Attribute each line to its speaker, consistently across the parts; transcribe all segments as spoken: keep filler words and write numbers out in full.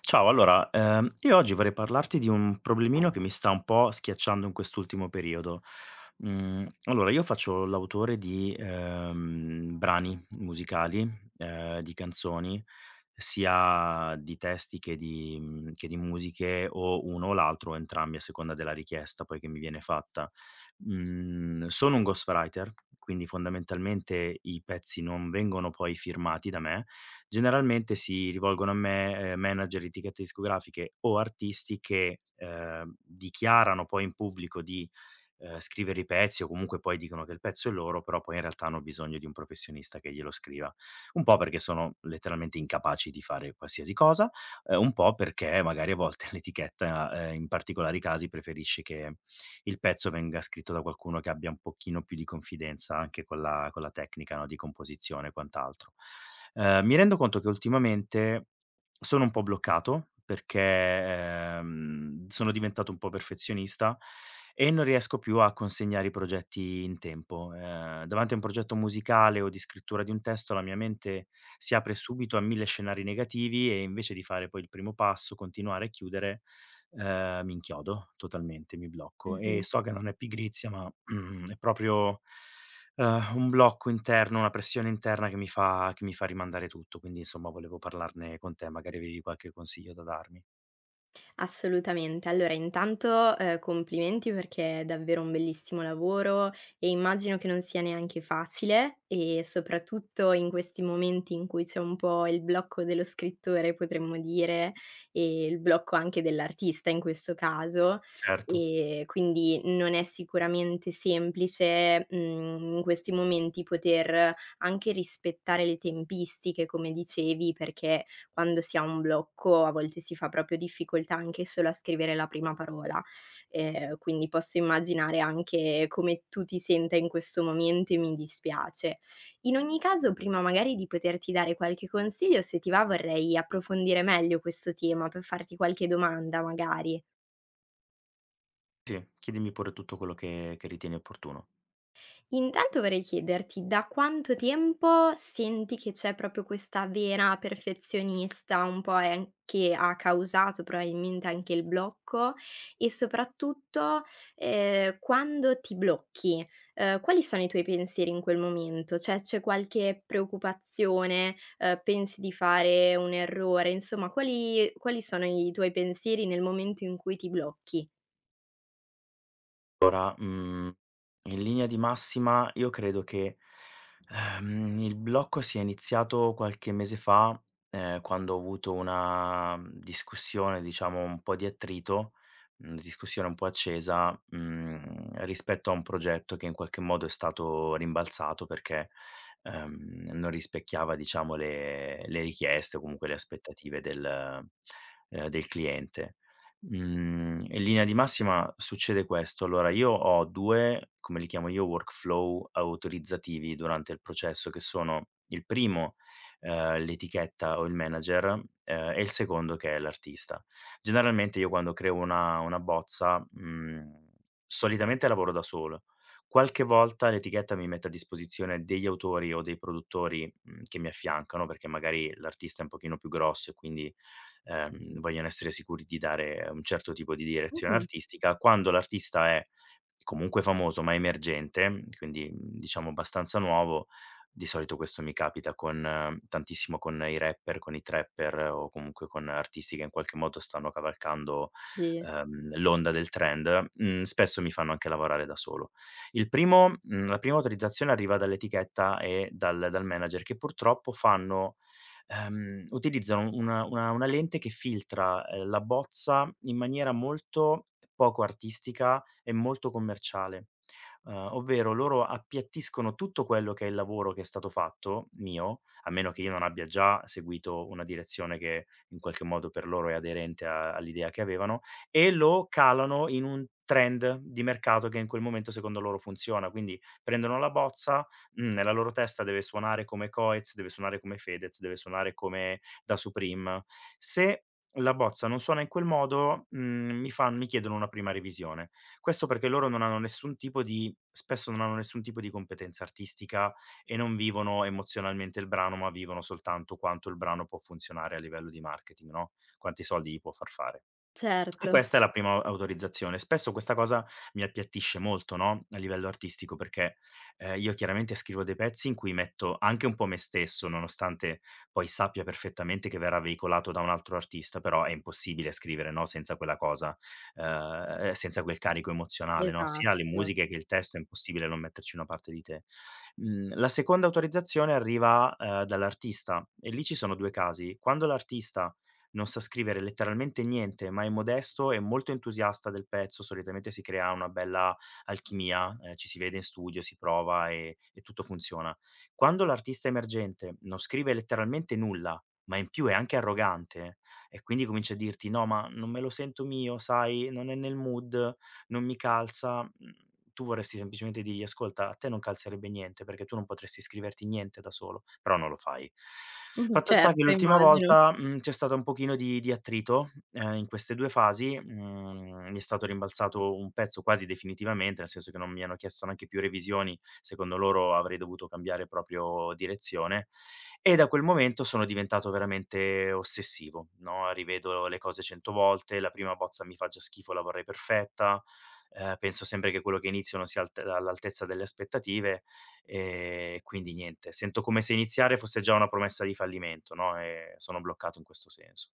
Speaker 1: Ciao, allora, ehm, io oggi vorrei parlarti di un problemino che mi sta un po' schiacciando in quest'ultimo periodo. Mhmm, allora io faccio l'autore di, ehm, brani musicali, ehm, di canzoni, sia di testi che di mhmm, che di musiche o uno o l'altro o entrambi a seconda della richiesta poi che mi viene fatta. Mhmm, sono un ghostwriter, quindi fondamentalmente i pezzi non vengono poi firmati da me, generalmente si rivolgono a me, ehm, manager, etichette discografiche o artisti che, ehm, dichiarano poi in pubblico di, ehm, scrivere i pezzi o comunque poi dicono che il pezzo è loro, però poi in realtà hanno bisogno di un professionista che glielo scriva. Un po' perché sono letteralmente incapaci di fare qualsiasi cosa, ehm, un po' perché magari a volte l'etichetta, ehm, in particolari casi preferisce che il pezzo venga scritto da qualcuno che abbia un pochino più di confidenza anche con la con la tecnica, no, di composizione e quant'altro. Ehm, mi rendo conto che ultimamente sono un po' bloccato perché, ehm, sono diventato un po' perfezionista e non riesco più a consegnare i progetti in tempo. Ehm, davanti a un progetto musicale o di scrittura di un testo la mia mente si apre subito a mille scenari negativi e invece di fare poi il primo passo, continuare e chiudere, ehm, mi inchiodo totalmente, mi blocco e
Speaker 2: Mh-mh.
Speaker 1: so che non è pigrizia, ma è proprio, ehm, un blocco interno, una pressione interna che mi fa che mi fa rimandare tutto. Quindi, insomma, volevo parlarne con te, magari avevi qualche consiglio da darmi.
Speaker 2: Assolutamente. Allora intanto, ehm, complimenti perché è davvero un bellissimo lavoro e immagino che non sia neanche facile, e soprattutto in questi momenti in cui c'è un po' il blocco dello scrittore, potremmo dire, e il blocco anche dell'artista in questo caso,
Speaker 1: Certo.
Speaker 2: e quindi non è sicuramente semplice, mhmm, in questi momenti poter anche rispettare le tempistiche, come dicevi, perché quando si ha un blocco a volte si fa proprio difficoltà anche solo a scrivere la prima parola. Ehm, quindi posso immaginare anche come tu ti senta in questo momento, e mi dispiace. In ogni caso, prima magari di poterti dare qualche consiglio, se ti va vorrei approfondire meglio questo tema per farti qualche domanda magari.
Speaker 1: Sì, chiedimi pure tutto quello che che ritieni opportuno.
Speaker 2: Intanto vorrei chiederti da quanto tempo senti che c'è proprio questa vena perfezionista, un po' è an che ha causato probabilmente anche il blocco, e soprattutto, ehm, quando ti blocchi, ehm, quali sono i tuoi pensieri in quel momento? Cioè, c'è qualche preoccupazione, ehm, pensi di fare un errore? Insomma, quali quali sono i tuoi pensieri nel momento in cui ti blocchi?
Speaker 1: Ora, mhmm, in linea di massima io credo che, ehm, il blocco sia iniziato qualche mese fa, ehm, quando ho avuto una, mhmm, discussione, diciamo un po' di attrito, mhmm, discussione un po' accesa, mhmm, rispetto a un progetto che in qualche modo è stato rimbalzato perché, ehm, non rispecchiava diciamo le le richieste o comunque le aspettative del ehm, del cliente. Mhmm, in linea di massima succede questo. Allora, io ho due, come li chiamo io, workflow autorizzativi durante il processo, che sono il primo, ehm, l'etichetta o il manager, ehm, e il secondo che è l'artista. Generalmente io quando creo una una bozza, mhmm, solitamente lavoro da solo. Qualche volta l'etichetta mi mette a disposizione degli autori o dei produttori, mhmm, che mi affiancano, perché magari l'artista è un pochino più grosso e quindi ehm, vogliono essere sicuri di dare un certo tipo di direzione
Speaker 2: Mh-mh.
Speaker 1: artistica. Quando l'artista è comunque famoso ma emergente, quindi mh, diciamo abbastanza nuovo, di solito questo mi capita con eh, tantissimo con i rapper, con i trapper eh, o comunque con artisti che in qualche modo stanno cavalcando,
Speaker 2: Sì,
Speaker 1: ehm, l'onda del trend, mhmm, spesso mi fanno anche lavorare da solo. Il primo mhmm, la prima autorizzazione arriva dall'etichetta e dal dal manager che purtroppo fanno ehm, utilizzano una una una lente che filtra, ehm, la bozza in maniera molto poco artistica e molto commerciale. Uhm, ovvero loro appiattiscono tutto quello che è il lavoro che è stato fatto, mio, a meno che io non abbia già seguito una direzione che in qualche modo per loro è aderente a all'idea che avevano, e lo calano in un trend di mercato che in quel momento secondo loro funziona. Quindi prendono la bozza mhmm, nella loro testa deve suonare come Coez, deve suonare come Fedez, deve suonare come Da Supreme. Se la bozza non suona in quel modo, mhmm, mi fan mi chiedono una prima revisione. Questo perché loro non hanno nessun tipo di spesso non hanno nessun tipo di competenza artistica e non vivono emozionalmente il brano, ma vivono soltanto quanto il brano può funzionare a livello di marketing, no, quanti soldi gli può far fare. E
Speaker 2: certo,
Speaker 1: questa è la prima au autorizzazione. Spesso questa cosa mi appiattisce molto, no, a livello artistico perché, ehm, io chiaramente scrivo dei pezzi in cui metto anche un po' me stesso, nonostante poi sappia perfettamente che verrà veicolato da un altro artista, però è impossibile scrivere, no, senza quella cosa, ehm, senza quel carico emozionale, no, sia le
Speaker 2: esatto.
Speaker 1: musiche che il testo, è impossibile non metterci una parte di te. Mhmm, la seconda autorizzazione arriva, ehm, dall'artista e lì ci sono due casi: quando l'artista non sa scrivere letteralmente niente, ma è modesto e molto entusiasta del pezzo, solitamente si crea una bella alchimia, ehm, ci si vede in studio, si prova e e tutto funziona. Quando l'artista emergente non scrive letteralmente nulla, ma in più è anche arrogante e quindi comincia a dirti: "No, ma non me lo sento mio, sai, non è nel mood." Non mi calza, mhmm, tu vorresti semplicemente dirgli: "Ascolta, a te non calzerebbe niente, perché tu non potresti scriverti niente da solo", però non lo fai.
Speaker 2: Mh,
Speaker 1: Fatto sta che
Speaker 2: certo,
Speaker 1: l'ultima
Speaker 2: immagino.
Speaker 1: volta, mhmm, c'è stato un pochino di di attrito, ehm, in queste due fasi, mhmm, mi è stato rimbalzato un pezzo quasi definitivamente, nel senso che non mi hanno chiesto neanche più revisioni, secondo loro avrei dovuto cambiare proprio direzione, e da quel momento sono diventato veramente ossessivo, no, rivedo le cose cento volte, la prima bozza mi fa già schifo, la vorrei perfetta. Ehm, penso sempre che quello che inizio non sia alt all'altezza delle aspettative, ehm, quindi niente, sento come se iniziare fosse già una promessa di fallimento, no, e sono bloccato in questo senso.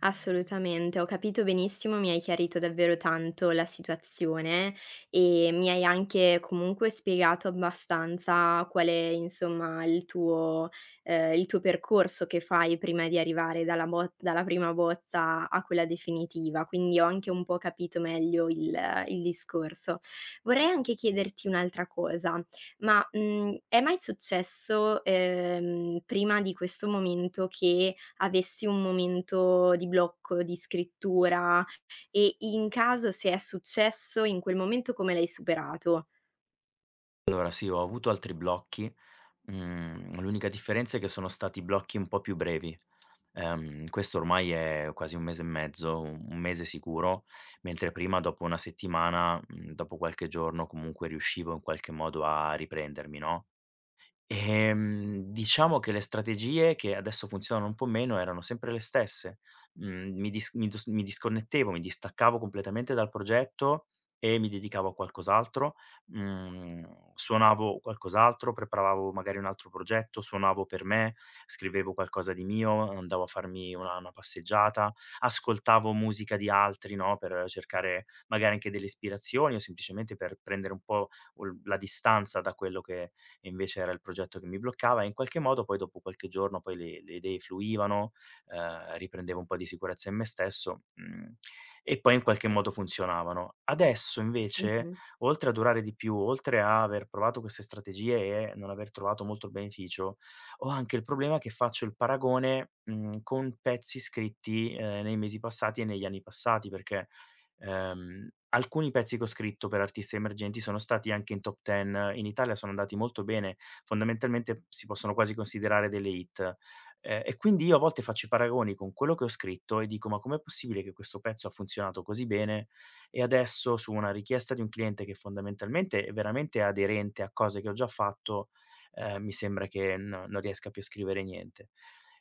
Speaker 2: Assolutamente, ho capito benissimo, mi hai chiarito davvero tanto la situazione e mi hai anche comunque spiegato abbastanza qual è, insomma, il tuo ehm, il tuo percorso che fai prima di arrivare dalla bot dalla prima bozza a quella definitiva, quindi ho anche un po' capito meglio il il discorso. Vorrei anche chiederti un'altra cosa, ma, mhmm, è mai successo, ehm, prima di questo momento, che avessi un momento di blocco, di scrittura, e in caso, se è successo, in quel momento come l'hai superato?
Speaker 1: Allora sì, ho avuto altri blocchi, mhmm, l'unica differenza è che sono stati blocchi un po' più brevi. Ehm, questo ormai è quasi un mese e mezzo, u un mese sicuro, mentre prima dopo una settimana, mhmm, dopo qualche giorno comunque riuscivo in qualche modo a riprendermi, no? Ehm, diciamo che le strategie che adesso funzionano un po' meno erano sempre le stesse. Mhmm, mi dis mi dos mi disconnettevo, mi distaccavo completamente dal progetto e mi dedicavo a qualcos'altro. Mhmm, suonavo qualcos'altro, preparavavo magari un altro progetto, suonavo per me, scrivevo qualcosa di mio, andavo a farmi una una passeggiata, ascoltavo musica di altri, no, per cercare magari anche delle ispirazioni o semplicemente per prendere un po' ol la distanza da quello che e invece era il progetto che mi bloccava e in qualche modo poi dopo qualche giorno poi le, le idee fluivano, eh, riprendevo un po' di sicurezza in me stesso mm, e poi in qualche modo funzionavano. Adesso invece,
Speaker 2: Mh-mh.
Speaker 1: oltre a durare di più, oltre a aver provato queste strategie e non aver trovato molto beneficio, ho anche il problema che faccio il paragone mm, con pezzi scritti eh, nei mesi passati e negli anni passati, perché Ehm, alcuni pezzi che ho scritto per artisti emergenti sono stati anche in top dieci, in Italia sono andati molto bene, fondamentalmente si possono quasi considerare delle hit. Ehm, e quindi io a volte faccio i paragoni con quello che ho scritto e dico: "Ma com'è possibile che questo pezzo ha funzionato così bene e adesso su una richiesta di un cliente che fondamentalmente è veramente aderente a cose che ho già fatto, ehm, mi sembra che no non riesca più a scrivere niente".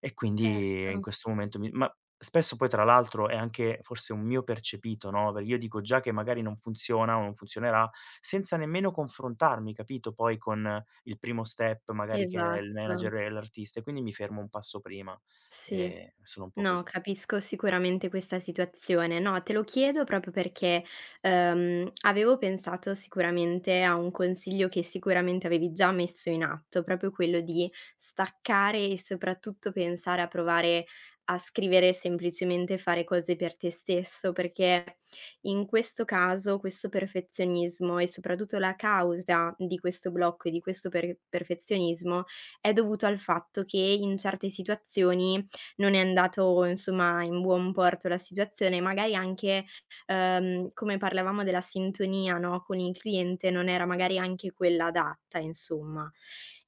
Speaker 1: E
Speaker 2: Certo,
Speaker 1: quindi in questo momento mi ma spesso poi tra l'altro è anche forse un mio percepito, no, perché io dico già che magari non funziona o non funzionerà, senza nemmeno confrontarmi, capito, poi con il primo step magari che è il
Speaker 2: esatto,
Speaker 1: manager e l'artista, e quindi mi fermo un passo prima.
Speaker 2: sì.
Speaker 1: Ehm, sono un po'
Speaker 2: No,
Speaker 1: così.
Speaker 2: capisco sicuramente questa situazione. No, te lo chiedo proprio perché, ehm, avevo pensato sicuramente a un consiglio che sicuramente avevi già messo in atto, proprio quello di staccare e soprattutto pensare a provare a scrivere semplicemente, fare cose per te stesso, perché in questo caso questo perfezionismo, e soprattutto la causa di questo blocco e di questo per- perfezionismo, è dovuto al fatto che in certe situazioni non è andato insomma in buon porto la situazione, magari anche, ehm, come parlavamo, della sintonia, no, con il cliente, non era magari anche quella adatta, insomma.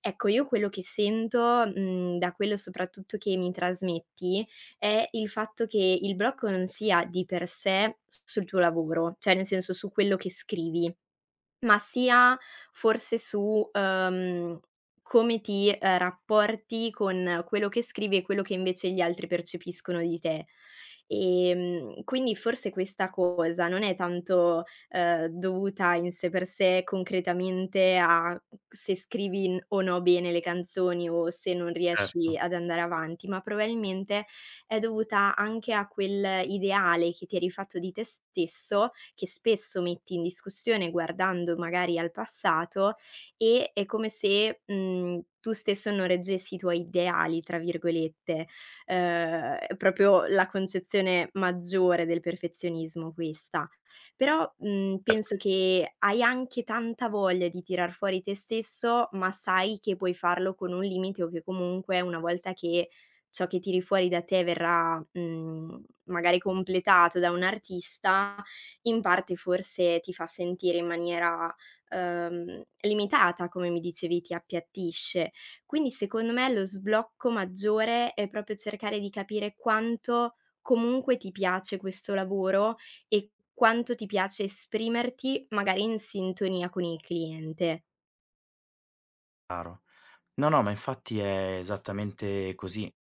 Speaker 2: Ecco, io quello che sento, mhmm, da quello soprattutto che mi trasmetti, è il fatto che il blocco non sia di per sé s sul tuo lavoro, cioè nel senso su quello che scrivi, ma sia forse su, uhm, come ti, ehm, rapporti con quello che scrivi e quello che invece gli altri percepiscono di te. Ehm, quindi forse questa cosa non è tanto, ehm, dovuta in sé per sé concretamente a se scrivi n o no bene le canzoni, o se non riesci
Speaker 1: Certo.
Speaker 2: ad andare avanti, ma probabilmente è dovuta anche a quell'ideale che ti eri fatto di te stesso, che spesso metti in discussione guardando magari al passato, e è come se, mhmm, tu stesso non reggessi i tuoi "ideali" tra virgolette. Uhm, è proprio la concezione maggiore del perfezionismo, questa. Però, mhmm, penso che hai anche tanta voglia di tirar fuori te stesso, ma sai che puoi farlo con un limite, o che comunque una volta che ciò che tiri fuori da te verrà, mhmm, magari completato da un artista, in parte forse ti fa sentire in maniera, uhm, limitata, come mi dicevi, ti appiattisce. Quindi secondo me lo sblocco maggiore è proprio cercare di capire quanto comunque ti piace questo lavoro e quanto ti piace esprimerti magari in sintonia con il cliente.
Speaker 1: No, no, ma infatti è esattamente così.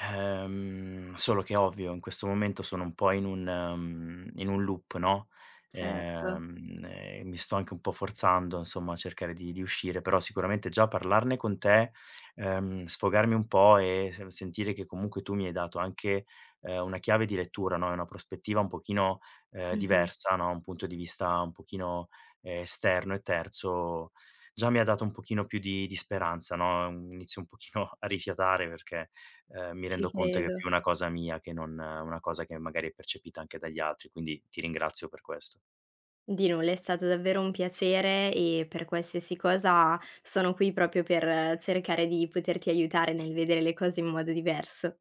Speaker 1: Ehm, solo che ovvio, in questo momento sono un po' in un mhmm, in un loop, no,
Speaker 2: Certo.
Speaker 1: ehm, e mi sto anche un po' forzando insomma a cercare di di uscire, però sicuramente già parlarne con te, ehm, sfogarmi un po' e se sentire che comunque tu mi hai dato anche, ehm, una chiave di lettura, no, e una prospettiva un pochino, ehm,
Speaker 2: Mh-mh.
Speaker 1: diversa, no, un punto di vista un pochino, ehm, esterno e terzo, già mi ha dato un pochino più di di speranza, no, mhmm, inizio un pochino a rifiatare perché ehm, mi
Speaker 2: Ci
Speaker 1: rendo conto che è
Speaker 2: credo.
Speaker 1: più una cosa mia che non eh, una cosa che magari è percepita anche dagli altri, quindi ti ringrazio per questo.
Speaker 2: Di nulla, è stato davvero un piacere, e per qualsiasi cosa sono qui proprio per cercare di poterti aiutare nel vedere le cose in modo diverso.